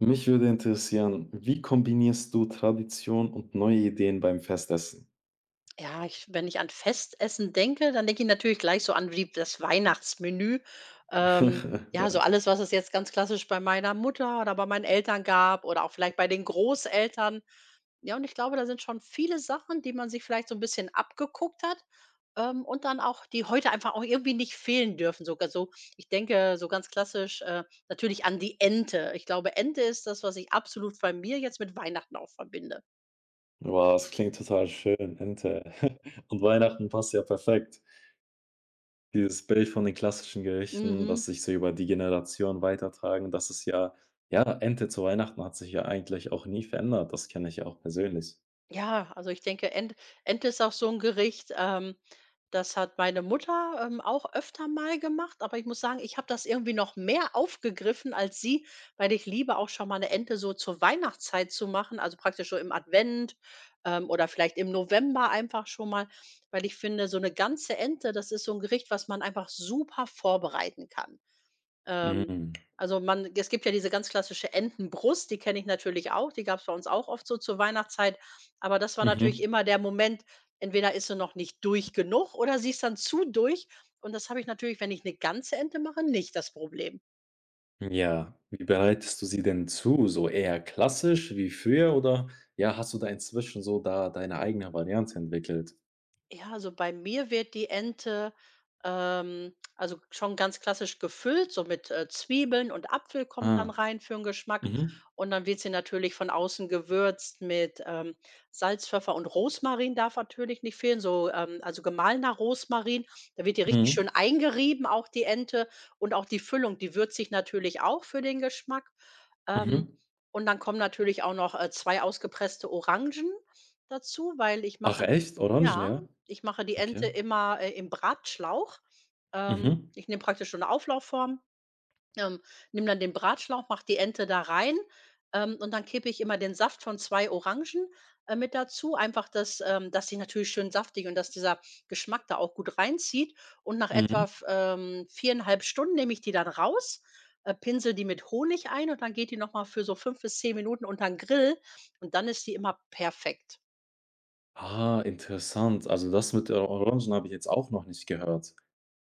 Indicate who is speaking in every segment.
Speaker 1: Mich würde interessieren, wie kombinierst du Tradition und neue Ideen beim Festessen?
Speaker 2: Ja, ich wenn ich an Festessen denke, dann denke ich natürlich gleich so an wie das Weihnachtsmenü. Ähm,
Speaker 1: Ja.
Speaker 2: ja, so alles, was es jetzt ganz klassisch bei meiner Mutter oder bei meinen Eltern gab oder auch vielleicht bei den Großeltern. Ja, und ich glaube, da sind schon viele Sachen, die man sich vielleicht so ein bisschen abgeguckt hat, und dann auch die heute einfach auch irgendwie nicht fehlen dürfen. Sogar so ich denke so ganz klassisch, natürlich an die Ente. Ich glaube, Ente ist das, was ich absolut bei mir jetzt mit Weihnachten auch verbinde.
Speaker 1: Wow, das klingt total schön, Ente. Und Weihnachten passt ja perfekt. Dieses Bild von den klassischen Gerichten, das
Speaker 2: Mhm.
Speaker 1: sich so über die Generation weitertragen, das ist ja ja, Ente zu Weihnachten hat sich ja eigentlich auch nie verändert. Das kenne ich ja auch persönlich.
Speaker 2: Ja, also ich denke, Ente ist auch so ein Gericht, das hat meine Mutter, auch öfter mal gemacht, aber ich muss sagen, ich habe das irgendwie noch mehr aufgegriffen als sie, weil ich liebe auch schon mal eine Ente so zur Weihnachtszeit zu machen, also praktisch so im Advent, oder vielleicht im November einfach schon mal, weil ich finde, so eine ganze Ente, das ist so ein Gericht, was man einfach super vorbereiten kann. Ähm,
Speaker 1: Mhm.
Speaker 2: also man es gibt ja diese ganz klassische Entenbrust, die kenne ich natürlich auch. Die gab es bei uns auch oft so zur Weihnachtszeit. Aber das war natürlich
Speaker 1: Mhm.
Speaker 2: immer der Moment, entweder ist sie noch nicht durch genug oder sie ist dann zu durch. Und das habe ich natürlich, wenn ich eine ganze Ente mache, nicht das Problem.
Speaker 1: Ja, wie bereitest du sie denn zu? So eher klassisch wie früher oder ja, hast du da inzwischen so da deine eigene Variante entwickelt?
Speaker 2: Ja, also bei mir wird die Ente, also schon ganz klassisch gefüllt, so mit, Zwiebeln und Apfel kommt dann
Speaker 1: Ah,
Speaker 2: rein für den Geschmack.
Speaker 1: mhm,
Speaker 2: Und dann wird sie natürlich von außen gewürzt mit, Salz, Pfeffer und Rosmarin darf natürlich nicht fehlen, so, also gemahlener Rosmarin. Da wird die richtig
Speaker 1: mhm,
Speaker 2: schön eingerieben, auch die Ente. Und auch die Füllung, die würzt sich natürlich auch für den Geschmack.
Speaker 1: mhm.
Speaker 2: Ähm, und dann kommen natürlich auch noch, 2 ausgepresste Orangen dazu, weil ich
Speaker 1: Ach
Speaker 2: mache
Speaker 1: echt? Orangen,
Speaker 2: ja.
Speaker 1: ja?
Speaker 2: Ich mache die Ente
Speaker 1: Okay.
Speaker 2: immer, im Bratschlauch.
Speaker 1: Mhm,
Speaker 2: Ich nehme praktisch so eine Auflaufform, ähm, nehme dann den Bratschlauch, mache die Ente da rein, und dann kippe ich immer den Saft von 2 Orangen, mit dazu. Einfach, dass dass die natürlich schön saftig und dass dieser Geschmack da auch gut reinzieht. Und nach
Speaker 1: mhm.
Speaker 2: etwa v 4,5 Stunden nehme ich die dann raus, pinsele die mit Honig ein und dann geht die noch mal für so 5 bis 10 Minuten unter den Grill und dann ist die immer perfekt.
Speaker 1: Ah, interessant. Also, das mit der Orangen habe ich jetzt auch noch nicht gehört.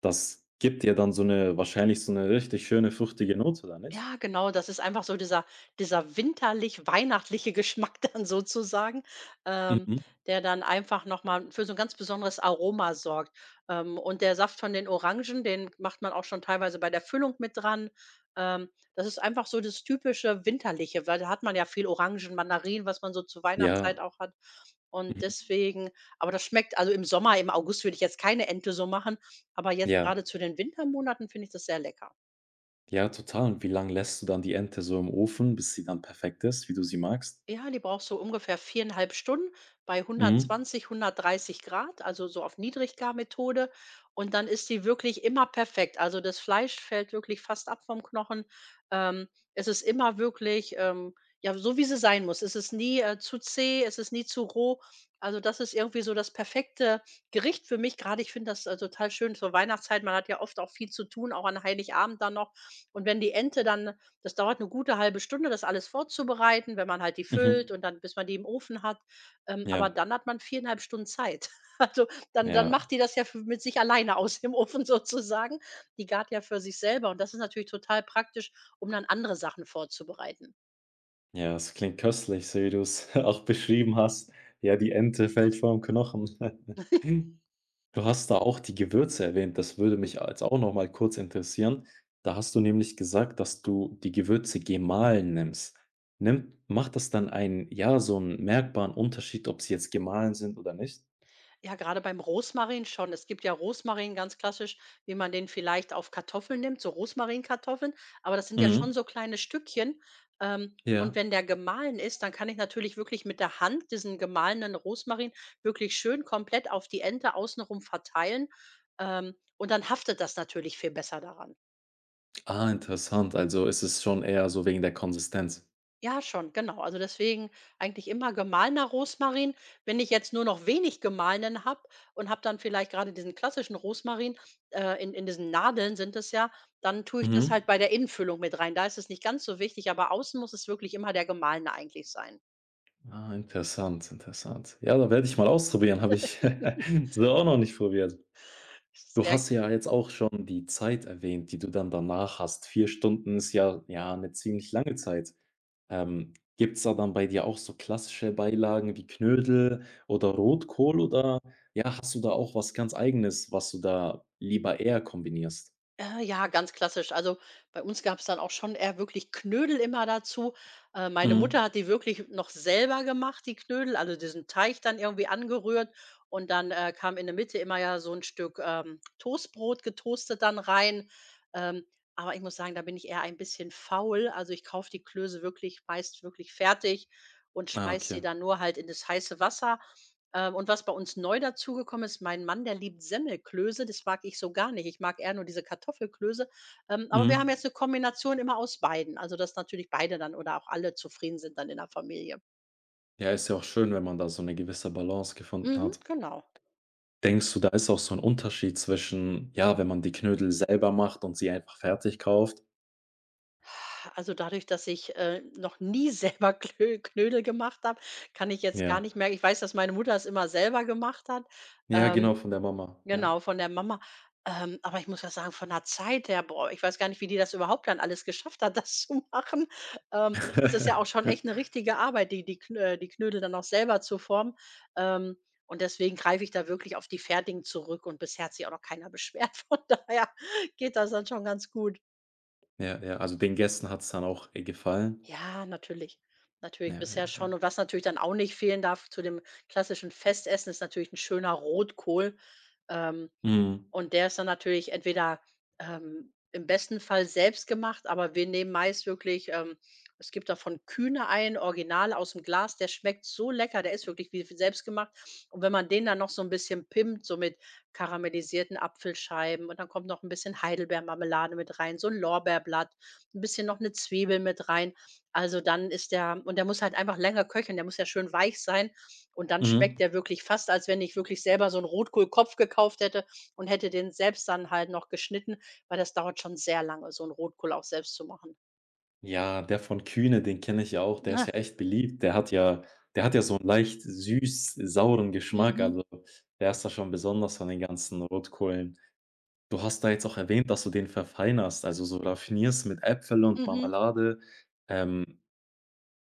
Speaker 1: Das gibt dir dann so eine wahrscheinlich so eine richtig schöne fruchtige Note, oder nicht?
Speaker 2: Ja, genau, das ist einfach so dieser winterlich-weihnachtliche Geschmack dann sozusagen, ähm,
Speaker 1: Mhm.
Speaker 2: der dann einfach noch mal für so ein ganz besonderes Aroma sorgt. Und der Saft von den Orangen, den macht man auch schon teilweise bei der Füllung mit dran. Ähm, das ist einfach so das typische Winterliche, weil da hat man ja viel Orangen, Mandarinen, was man so zur
Speaker 1: Ja,
Speaker 2: Weihnachtszeit auch hat. Und
Speaker 1: mhm,
Speaker 2: deswegen aber das schmeckt also im Sommer, im August würde ich jetzt keine Ente so machen, aber jetzt
Speaker 1: ja,
Speaker 2: gerade zu den Wintermonaten finde ich das sehr lecker.
Speaker 1: ja, total. Und wie lang lässt du dann die Ente so im Ofen, bis sie dann perfekt ist, wie du sie magst?
Speaker 2: Ja, die braucht so ungefähr 4,5 Stunden bei
Speaker 1: Mhm,
Speaker 2: 120, 130 Grad, also so auf Niedriggarmethode. Und dann ist die wirklich immer perfekt. Also das Fleisch fällt wirklich fast ab vom Knochen. Ähm, es ist immer wirklich, ja, so wie sie sein muss. Es ist nie zu zäh, es ist nie zu roh. Also das ist irgendwie so das perfekte Gericht für mich. Gerade ich finde das total schön zur Weihnachtszeit. Man hat ja oft auch viel zu tun, auch an Heiligabend dann noch. Und wenn die Ente dann das dauert eine gute halbe Stunde, das alles vorzubereiten, wenn man halt die füllt
Speaker 1: mhm,
Speaker 2: und dann bis man die im Ofen hat. Aber
Speaker 1: ja,
Speaker 2: dann hat man 4,5 Stunden Zeit. Also, dann
Speaker 1: ja.
Speaker 2: macht die das ja f mit sich alleine aus dem Ofen sozusagen. Die gart ja für sich selber und das ist natürlich total praktisch, um dann andere Sachen vorzubereiten.
Speaker 1: Ja, es klingt köstlich, so wie du es auch beschrieben hast. Ja, die Ente fällt vom Knochen. Du hast da auch die Gewürze erwähnt, das würde mich jetzt auch noch mal kurz interessieren. Da hast du nämlich gesagt, dass du die Gewürze gemahlen nimmst. Nimmt macht das dann einen ja, so einen merkbaren Unterschied, ob sie jetzt gemahlen sind oder nicht?
Speaker 2: Ja, gerade beim Rosmarin schon. Es gibt ja Rosmarin ganz klassisch, wie man den vielleicht auf Kartoffeln nimmt, so Rosmarinkartoffeln, aber das sind ja
Speaker 1: Mhm,
Speaker 2: schon so kleine Stückchen. Und
Speaker 1: ja.
Speaker 2: wenn der gemahlen ist, dann kann ich natürlich wirklich mit der Hand diesen gemahlenen Rosmarin wirklich schön komplett auf die Ente außenrum verteilen. Und dann haftet das natürlich viel besser daran.
Speaker 1: Ah, interessant. Also, ist es schon eher so wegen der Konsistenz.
Speaker 2: Ja, schon, genau. Also deswegen eigentlich immer gemahlener Rosmarin. Wenn ich jetzt nur noch wenig gemahlenen habe und habe dann vielleicht gerade diesen klassischen Rosmarin, in diesen Nadeln sind es ja, dann tue ich das
Speaker 1: Mhm.
Speaker 2: halt bei der Innenfüllung mit rein. Da ist es nicht ganz so wichtig, aber außen muss es wirklich immer der gemahlene eigentlich sein.
Speaker 1: Ah, interessant, interessant. Ja, da werde ich mal ausprobieren, habe ich so auch noch nicht probiert. Du
Speaker 2: Sehr
Speaker 1: hast ja jetzt auch schon die Zeit erwähnt, die du dann danach hast. 4 Stunden ist ja, ja, eine ziemlich lange Zeit. Gibt's da dann bei dir auch so klassische Beilagen wie Knödel oder Rotkohl oder, ja, hast du da auch was ganz Eigenes, was du da lieber eher kombinierst?
Speaker 2: Ja, ganz klassisch. Also, bei uns gab es dann auch schon eher wirklich Knödel immer dazu. Meine Mutter
Speaker 1: Mhm.
Speaker 2: hat die wirklich noch selber gemacht, die Knödel, also diesen Teig dann irgendwie angerührt und dann, kam in der Mitte immer ja so ein Stück, Toastbrot getoastet dann rein. Ähm, aber ich muss sagen, da bin ich eher ein bisschen faul. Also, ich kaufe die Klöße wirklich meist wirklich fertig und
Speaker 1: Ah,
Speaker 2: schmeiß
Speaker 1: okay.
Speaker 2: sie dann nur halt in das heiße Wasser und was bei uns neu dazugekommen ist, mein Mann, der liebt Semmelklöße, das mag ich so gar nicht. Ich mag eher nur diese Kartoffelklöße. Aber wir haben
Speaker 1: Mhm.
Speaker 2: jetzt eine Kombination immer aus beiden, also dass natürlich beide dann oder auch alle zufrieden sind dann in der Familie.
Speaker 1: Ja, ist ja auch schön, wenn man da so eine gewisse Balance gefunden
Speaker 2: Mhm,
Speaker 1: hat.
Speaker 2: genau.
Speaker 1: Denkst du, da ist auch so ein Unterschied zwischen, ja, wenn man die Knödel selber macht und sie einfach fertig kauft?
Speaker 2: Also dadurch, dass ich, noch nie selber Klö Knödel gemacht habe, kann ich jetzt gar
Speaker 1: Ja.
Speaker 2: nicht mehr ich weiß, dass meine Mutter es immer selber gemacht hat.
Speaker 1: Ja,
Speaker 2: Ähm
Speaker 1: genau, von der Mama, ja.
Speaker 2: Genau, von der Mama. Aber ich muss ja sagen, von der Zeit her, boah, ich weiß gar nicht, wie die das überhaupt dann alles geschafft hat, das zu machen. Das ist ja auch schon echt eine richtige Arbeit, die die Knö die Knödel dann auch selber zu formen. Ähm, und deswegen greife ich da wirklich auf die fertigen zurück und bisher hat sich auch noch keiner beschwert. Von daher geht das dann schon ganz gut.
Speaker 1: Ja, ja, also den Gästen hat's dann auch, gefallen?
Speaker 2: Ja, natürlich. Natürlich,
Speaker 1: Ja,
Speaker 2: bisher
Speaker 1: ja, ja.
Speaker 2: schon. Und was natürlich dann auch nicht fehlen darf zu dem klassischen Festessen, ist natürlich ein schöner Rotkohl. Ähm,
Speaker 1: Mhm.
Speaker 2: Und der ist dann natürlich entweder, im besten Fall selbst gemacht, aber wir nehmen meist wirklich es gibt da von Kühne ein original aus dem Glas, der schmeckt so lecker, der ist wirklich wie f selbst gemacht. Und wenn man den dann noch so ein bisschen pimmt, so mit karamellisierten Apfelscheiben und dann kommt noch ein bisschen Heidelbeermarmelade mit rein, so ein Lorbeerblatt, ein bisschen noch eine Zwiebel mit rein. Also, dann ist der und der muss halt einfach länger köcheln, der muss ja schön weich sein und dann
Speaker 1: Mhm.
Speaker 2: schmeckt der wirklich fast, als wenn ich wirklich selber so 'n Rotkohlkopf gekauft hätte und hätte den selbst dann halt noch geschnitten, weil das dauert schon sehr lange, so 'n Rotkohl auch selbst zu machen,
Speaker 1: Ja, der von Kühne, den kenne ich ja auch, der ist
Speaker 2: ne?
Speaker 1: ja echt beliebt. Der hat ja so 'n leicht süß-sauren Geschmack,
Speaker 2: Mhm.
Speaker 1: also der ist da schon besonders von den ganzen Rotkohlen. Du hast da jetzt auch erwähnt, dass du den verfeinerst, also so raffinierst mit Äpfel und
Speaker 2: Mhm.
Speaker 1: Marmelade. Ähm,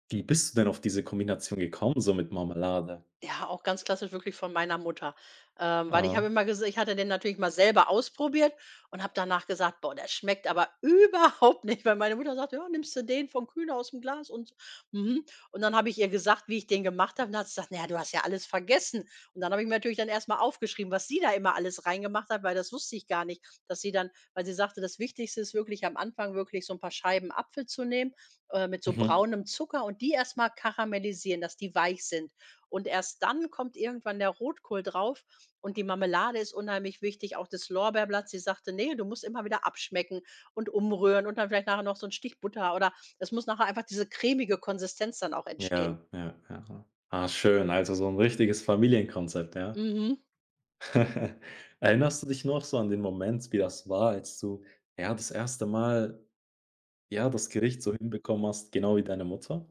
Speaker 1: wie bist du denn auf diese Kombination gekommen, so mit Marmelade?
Speaker 2: Ja, auch ganz klassisch wirklich von meiner Mutter. Weil ich habe
Speaker 1: Ah,
Speaker 2: immer gesagt, ich hatte den natürlich mal selber ausprobiert und habe danach gesagt: „Boah, der schmeckt aber überhaupt nicht“, weil meine Mutter sagt: „Ja, nimmst du den von Kühne aus dem Glas und“ so. Mhm. Und dann habe ich ihr gesagt, wie ich den gemacht habe, und dann hat sie gesagt: „Na ja, du hast ja alles vergessen.“ Und dann habe ich mir natürlich dann erst mal aufgeschrieben, was sie da immer alles reingemacht hat, weil das wusste ich gar nicht, dass sie dann weil sie sagte, das Wichtigste ist wirklich am Anfang wirklich so ein paar Scheiben Apfel zu nehmen, mit so
Speaker 1: mhm.
Speaker 2: braunem Zucker und die erst mal karamellisieren, dass die weich sind. Und erst dann kommt irgendwann der Rotkohl drauf und die Marmelade ist unheimlich wichtig, auch das Lorbeerblatt. Sie sagte: nee, du musst immer wieder abschmecken und umrühren und dann vielleicht nachher noch so 'n Stich Butter“ oder es muss nachher einfach diese cremige Konsistenz dann auch
Speaker 1: Ja,
Speaker 2: entstehen.
Speaker 1: ja, ja. Ah, schön, also so ein richtiges Familienkonzept, ja.
Speaker 2: Mhm.
Speaker 1: Erinnerst du dich noch so an den Moment, wie das war, als du, ja, das erste Mal, ja, das Gericht so hinbekommen hast, genau wie deine Mutter?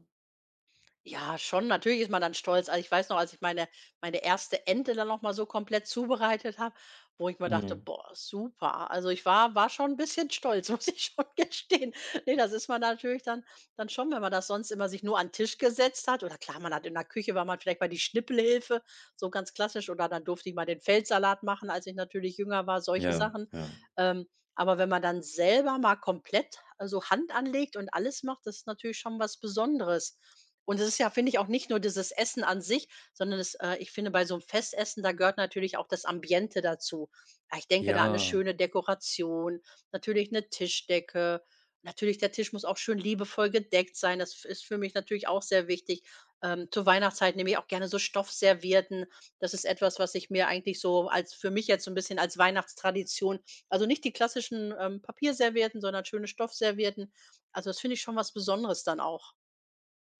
Speaker 2: Ja, schon, natürlich ist man dann stolz. Also, ich weiß noch, als ich meine erste Ente dann noch mal so komplett zubereitet habe, wo ich mir dachte:
Speaker 1: Mhm.
Speaker 2: „Boah, super.“ Also, ich war schon ein bisschen stolz, muss ich schon gestehen. Ne, das ist man natürlich dann schon, wenn man das sonst immer sich nur an 'n Tisch gesetzt hat oder klar, man hat in der Küche war man vielleicht mal die Schnippelhilfe, so ganz klassisch oder dann durfte ich mal den Feldsalat machen, als ich natürlich jünger war, solche
Speaker 1: Ja,
Speaker 2: Sachen.
Speaker 1: ja.
Speaker 2: Ähm, aber wenn man dann selber mal komplett, also, Hand anlegt und alles macht, das ist natürlich schon was Besonderes. Und es ist ja, finde ich, auch nicht nur dieses Essen an sich, sondern es ich finde, bei so einem Festessen, da gehört natürlich auch das Ambiente dazu. Ah, ich denke da an eine
Speaker 1: Ja.
Speaker 2: schöne Dekoration, natürlich eine Tischdecke. Natürlich, der Tisch muss auch schön liebevoll gedeckt sein. Das f ist für mich natürlich auch sehr wichtig. Zur Weihnachtszeit nehme ich auch gerne so Stoffservietten. Das ist etwas, was ich mir eigentlich so als für mich jetzt so ein bisschen als Weihnachtstradition, also nicht die klassischen, Papierservietten, sondern schöne Stoffservietten. Also, das finde ich schon was Besonderes dann auch.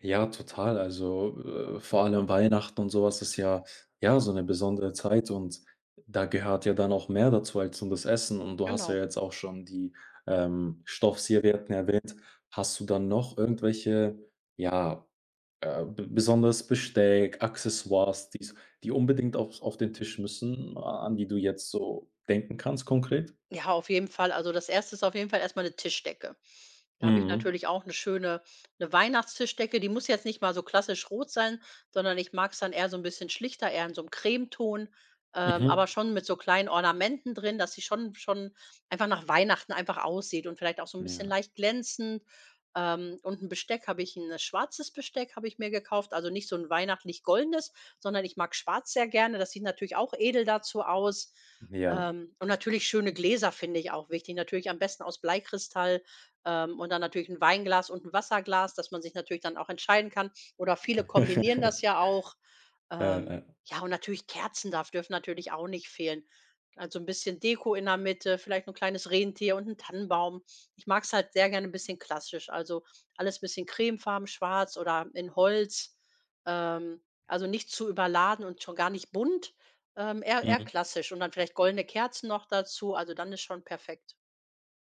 Speaker 1: Ja, total. Also, vor allem Weihnachten und sowas ist ja ja, so eine besondere Zeit und da gehört ja dann auch mehr dazu als nur das Essen und du hast ja
Speaker 2: Genau.
Speaker 1: jetzt auch schon die, Stoffzierwerten erwähnt. Hast du dann noch irgendwelche, ja, b besonderes Besteck, Accessoires, die's die unbedingt auf den Tisch müssen, a an die du jetzt so denken kannst konkret?
Speaker 2: Ja, auf jeden Fall. Also, das Erste ist auf jeden Fall erstmal eine Tischdecke. Da habe ich
Speaker 1: Mhm.
Speaker 2: natürlich auch eine schöne, eine Weihnachtstischdecke. Die muss jetzt nicht mal so klassisch rot sein, sondern ich mag es dann eher so ein bisschen schlichter, eher in so einem Cremeton, aber
Speaker 1: Mhm.
Speaker 2: schon mit so kleinen Ornamenten drin, dass sie schon einfach nach Weihnachten einfach aussieht und vielleicht auch so ein bisschen
Speaker 1: Ja.
Speaker 2: leicht glänzend. Und ein schwarzes Besteck habe ich mir gekauft, also nicht so ein weihnachtlich goldenes, sondern ich mag schwarz sehr gerne. Das sieht natürlich auch edel dazu aus.
Speaker 1: Ja.
Speaker 2: Und natürlich schöne Gläser finde ich auch wichtig. Natürlich am besten aus Bleikristall, und dann natürlich ein Weinglas und ein Wasserglas, dass man sich natürlich dann auch entscheiden kann. Oder viele kombinieren das ja auch.
Speaker 1: Ja,
Speaker 2: Ähm,
Speaker 1: ja.
Speaker 2: ja, und natürlich Kerzen darf dürfen natürlich auch nicht fehlen. Also ein bisschen Deko in der Mitte, vielleicht ein kleines Rentier und ein Tannenbaum. Ich mag es halt sehr gerne ein bisschen klassisch, also alles ein bisschen cremefarben, schwarz oder in Holz. Ähm, also nicht zu überladen und schon gar nicht bunt. Eher
Speaker 1: Mhm.
Speaker 2: klassisch und dann vielleicht goldene Kerzen noch dazu, also dann ist schon perfekt.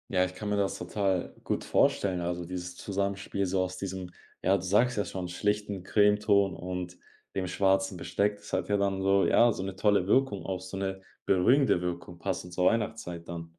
Speaker 1: Ja, ich kann mir das total gut vorstellen. Also dieses Zusammenspiel so aus diesem, ja, du sagst ja schon, schlichten Cremeton und dem schwarzen Besteck, das hat ja dann so, ja, so eine tolle Wirkung, auch so eine beruhigende Wirkung, passend zur Weihnachtszeit dann.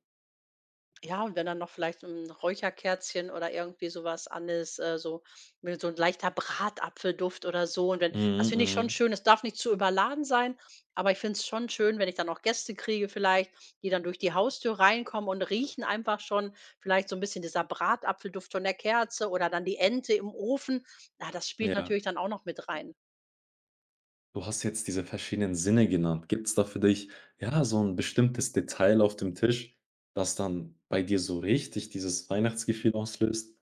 Speaker 2: Ja, und wenn dann noch vielleicht ein Räucherkerzchen oder irgendwie sowas was an ist, so mit so ein leichter Bratapfelduft oder so, und wenn das
Speaker 1: Mhm,
Speaker 2: finde ich schon
Speaker 1: mhm.
Speaker 2: schön. Es darf nicht zu überladen sein, aber ich finde es schon schön, wenn ich dann auch Gäste kriege vielleicht, die dann durch die Haustür reinkommen und riechen einfach schon vielleicht so ein bisschen dieser Bratapfelduft von der Kerze oder dann die Ente im Ofen. Ja, das spielt
Speaker 1: Ja.
Speaker 2: natürlich dann auch noch mit rein.
Speaker 1: Du hast jetzt diese verschiedenen Sinne genannt. Gibt es da für dich, ja, so ein bestimmtes Detail auf dem Tisch, das dann bei dir so richtig dieses Weihnachtsgefühl auslöst?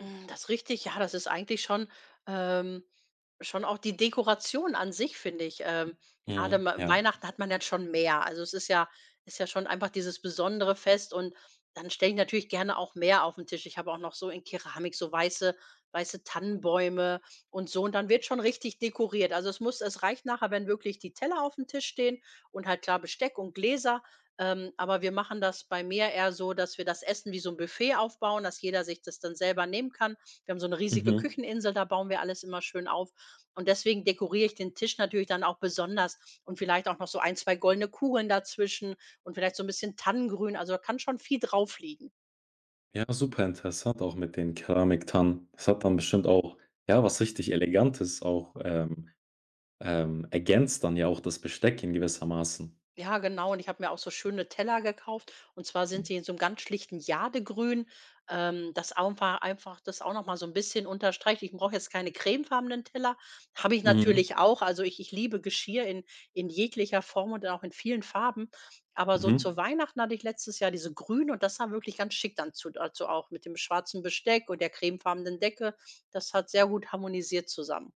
Speaker 2: Hm, das ist richtig, ja, das ist eigentlich schon ähm, schon auch die Dekoration an sich, finde ich. Grade
Speaker 1: Mhm,
Speaker 2: ma
Speaker 1: ja.
Speaker 2: Weihnachten hat man ja schon mehr. Also, es ist ja schon einfach dieses besondere Fest, und dann stelle ich natürlich gerne auch mehr auf den Tisch. Ich habe auch noch so in Keramik so weiße Tannenbäume und so, und dann wird schon richtig dekoriert. Also, es reicht nachher, wenn wirklich die Teller auf dem Tisch stehen und halt klar Besteck und Gläser, aber wir machen das bei mir eher so, dass wir das Essen wie so ein Buffet aufbauen, dass jeder sich das dann selber nehmen kann. Wir haben so eine riesige
Speaker 1: Mhm.
Speaker 2: Kücheninsel, da bauen wir alles immer schön auf. Und deswegen dekoriere ich den Tisch natürlich dann auch besonders und vielleicht auch noch so ein, 2 goldene Kugeln dazwischen und vielleicht so ein bisschen Tannengrün. Also, da kann schon viel drauf liegen.
Speaker 1: Ja, super interessant auch mit den Keramiktannen. Das hat dann bestimmt auch, ja, was richtig Elegantes auch ergänzt dann ja auch das Besteck in gewissermaßen.
Speaker 2: Ja, genau. Und ich habe mir auch so schöne Teller gekauft. Und zwar sind sie in so einem ganz schlichten Jadegrün. Das einfach das auch noch mal so ein bisschen unterstreicht. Ich brauche jetzt keine cremefarbenen Teller. Habe ich
Speaker 1: Mhm.
Speaker 2: natürlich auch. Also, ich liebe Geschirr in jeglicher Form und auch in vielen Farben. Aber so
Speaker 1: Mhm.
Speaker 2: zu Weihnachten hatte ich letztes Jahr diese Grün, und das sah wirklich ganz schick dann zu dazu auch mit dem schwarzen Besteck und der cremefarbenen Decke. Das hat sehr gut harmonisiert zusammen.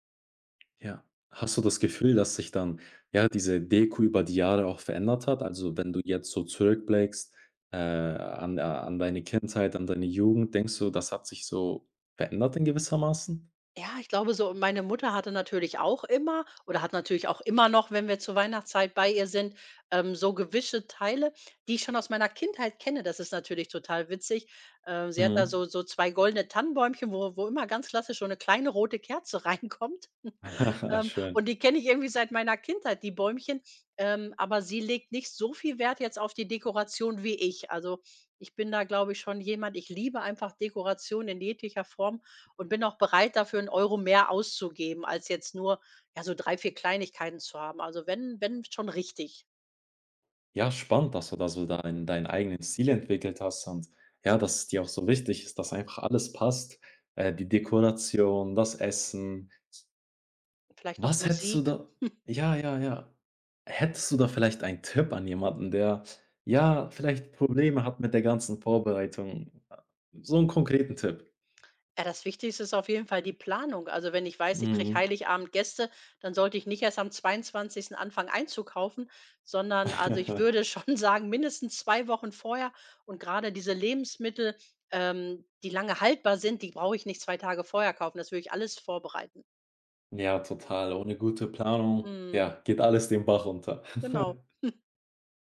Speaker 1: Ja. Hast du das Gefühl, dass sich dann, ja, diese Deko über die Jahre auch verändert hat? Also, wenn du jetzt so zurückblickst, an, an deine Kindheit, an deine Jugend, denkst du, das hat sich so verändert in gewissermaßen?
Speaker 2: Ja, ich glaube so meine Mutter hatte natürlich auch immer oder hat natürlich auch immer noch, wenn wir zur Weihnachtszeit bei ihr sind, so gewischte Teile, die ich schon aus meiner Kindheit kenne. Das ist natürlich total witzig. Sie hat da
Speaker 1: Mhm.
Speaker 2: so 2 goldene Tannenbäumchen, wo immer ganz klassisch so eine kleine rote Kerze reinkommt. Ähm,
Speaker 1: Schön.
Speaker 2: und die kenne ich irgendwie seit meiner Kindheit, die Bäumchen. Aber sie legt nicht so viel Wert jetzt auf die Dekoration wie ich. Also, ich bin da, glaube ich, schon jemand, ich liebe einfach Dekoration in jeglicher Form und bin auch bereit, dafür einen Euro mehr auszugeben, als jetzt nur, ja, so 3 4 Kleinigkeiten zu haben. Also, wenn schon richtig.
Speaker 1: Ja, spannend, dass du da so deinen eigenen Stil entwickelt hast und ja, dass es dir auch so wichtig ist, dass einfach alles passt. Die Dekoration, das Essen.
Speaker 2: Vielleicht noch
Speaker 1: Was hättest du
Speaker 2: Musik.
Speaker 1: da ja, ja, ja. Hättest du da vielleicht einen Tipp an jemanden, der, ja, vielleicht Probleme hat mit der ganzen Vorbereitung? So einen konkreten Tipp.
Speaker 2: Ja, das Wichtigste ist auf jeden Fall die Planung. Also, wenn ich weiß, ich kriege
Speaker 1: Mhm.
Speaker 2: Heiligabend Gäste, dann sollte ich nicht erst am 22. Anfangen einzukaufen, sondern also, ich würde schon sagen, mindestens 2 Wochen vorher, und gerade diese Lebensmittel, die lange haltbar sind, die brauche ich nicht 2 Tage vorher kaufen. Das würde ich alles vorbereiten.
Speaker 1: Ja, total. Ohne gute Planung,
Speaker 2: Mhm,
Speaker 1: ja, geht alles den Bach runter.
Speaker 2: genau.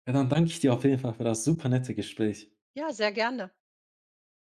Speaker 1: Ja, dann danke ich dir auf jeden Fall für das super nette Gespräch.
Speaker 2: Ja, sehr gerne.